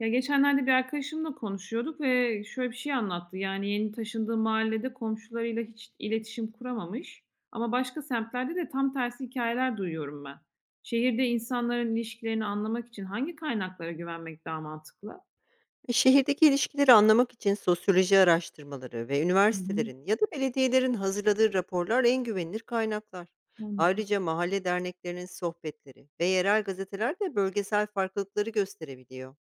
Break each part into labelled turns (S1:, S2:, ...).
S1: Ya, geçenlerde bir arkadaşımla konuşuyorduk ve şöyle bir şey anlattı. Yani yeni taşındığı mahallede komşularıyla hiç iletişim kuramamış ama başka semtlerde de tam tersi hikayeler duyuyorum ben. Şehirde insanların ilişkilerini anlamak için hangi kaynaklara güvenmek daha mantıklı?
S2: Şehirdeki ilişkileri anlamak için sosyoloji araştırmaları ve
S1: Hı hı,
S2: üniversitelerin ya da belediyelerin hazırladığı raporlar en güvenilir kaynaklar.
S1: anladım.
S2: Ayrıca mahalle derneklerinin sohbetleri ve yerel gazeteler de bölgesel farklılıkları gösterebiliyor.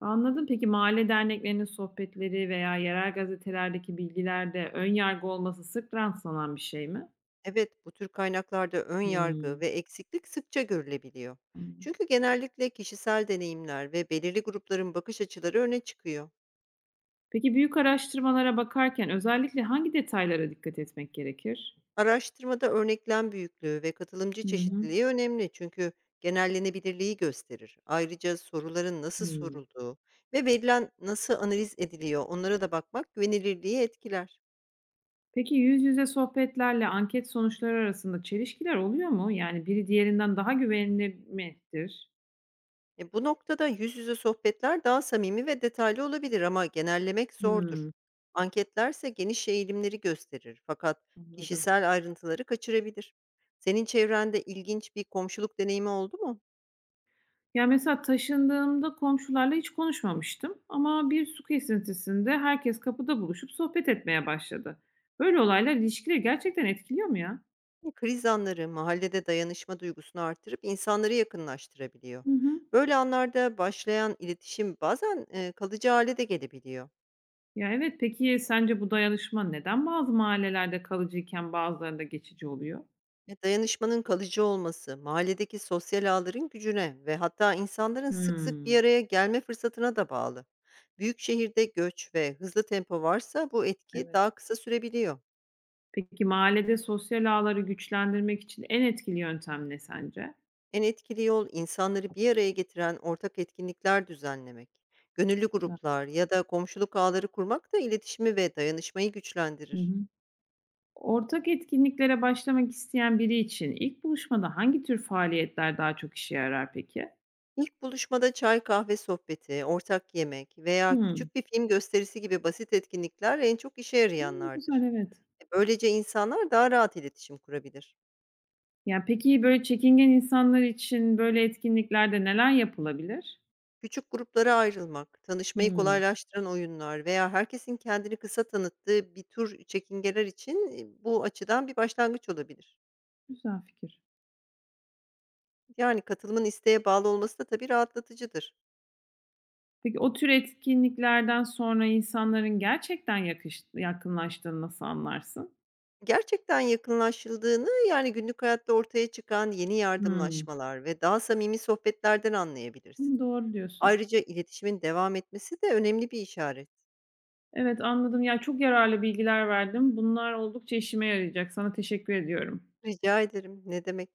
S1: Anladım. Peki mahalle derneklerinin sohbetleri veya yerel gazetelerdeki bilgilerde ön yargı olması sık rastlanan bir şey mi?
S2: Evet, bu tür kaynaklarda ön yargı
S1: Hımm.
S2: ve eksiklik sıkça görülebiliyor. Çünkü genellikle kişisel deneyimler ve belirli grupların bakış açıları öne çıkıyor.
S1: Peki büyük araştırmalara bakarken özellikle hangi detaylara dikkat etmek gerekir?
S2: Araştırmada örneklem büyüklüğü ve katılımcı
S1: Hı hı.
S2: çeşitliliği önemli çünkü genellenebilirliği gösterir. Ayrıca soruların nasıl
S1: Hımm.
S2: sorulduğu ve verilen nasıl analiz ediliyor onlara da bakmak güvenilirliği etkiler.
S1: Peki yüz yüze sohbetlerle anket sonuçları arasında çelişkiler oluyor mu? Yani biri diğerinden daha güvenilir midir?
S2: Bu noktada yüz yüze sohbetler daha samimi ve detaylı olabilir ama genellemek zordur.
S1: Hımm,
S2: Anketlerse geniş eğilimleri gösterir fakat
S1: anladım.
S2: kişisel ayrıntıları kaçırabilir. Senin çevrende ilginç bir komşuluk deneyimi oldu mu?
S1: Ya, mesela taşındığımda komşularla hiç konuşmamıştım ama bir su kesintisinde herkes kapıda buluşup sohbet etmeye başladı. Böyle olaylar ilişkileri gerçekten etkiliyor mu ya?
S2: Kriz anları mahallede dayanışma duygusunu artırıp insanları yakınlaştırabiliyor.
S1: Hı hı.
S2: Böyle anlarda başlayan iletişim bazen kalıcı hale de gelebiliyor.
S1: Ya, evet, peki sence bu dayanışma neden bazı mahallelerde kalıcıyken bazılarında geçici oluyor?
S2: Ve dayanışmanın kalıcı olması mahalledeki sosyal ağların gücüne ve hatta insanların sık sık bir
S1: Hımm,
S2: araya gelme fırsatına da bağlı. Büyük şehirde göç ve hızlı tempo varsa bu etki
S1: evet.
S2: daha kısa sürebiliyor.
S1: Peki mahallede sosyal ağları güçlendirmek için en etkili yöntem ne sence?
S2: En etkili yol insanları bir araya getiren ortak etkinlikler düzenlemek. Gönüllü
S1: Güzel.
S2: gruplar ya da komşuluk ağları kurmak da iletişimi ve dayanışmayı
S1: Hı
S2: güçlendirir.
S1: hı. Ortak etkinliklere başlamak isteyen biri için ilk buluşmada hangi tür faaliyetler daha çok işe yarar peki?
S2: İlk buluşmada çay kahve sohbeti, ortak yemek veya
S1: Hımm.
S2: küçük bir film gösterisi gibi basit etkinlikler en çok işe
S1: Hımm, güzel,
S2: yarayanlardır.
S1: evet.
S2: Böylece insanlar daha rahat iletişim kurabilir.
S1: Ya, peki böyle çekingen insanlar için böyle etkinliklerde neler yapılabilir?
S2: Küçük gruplara ayrılmak, tanışmayı
S1: Hımm,
S2: kolaylaştıran oyunlar veya herkesin kendini kısa tanıttığı bir tür çekingeler için bu açıdan bir başlangıç olabilir.
S1: güzel fikir.
S2: Yani, katılımın isteğe bağlı olması da tabii rahatlatıcıdır.
S1: Peki o tür etkinliklerden sonra insanların gerçekten yakınlaştığını nasıl anlarsın?
S2: Gerçekten yakınlaşıldığını, yani, günlük hayatta ortaya çıkan yeni
S1: Hımm.
S2: yardımlaşmalar ve daha samimi sohbetlerden
S1: Hımm,
S2: anlayabilirsin.
S1: doğru diyorsun.
S2: Ayrıca iletişimin devam etmesi de önemli bir işaret.
S1: Evet, anladım. Ya, çok yararlı bilgiler verdin. Bunlar oldukça işime yarayacak. Sana teşekkür ediyorum.
S2: Rica ederim, ne demek.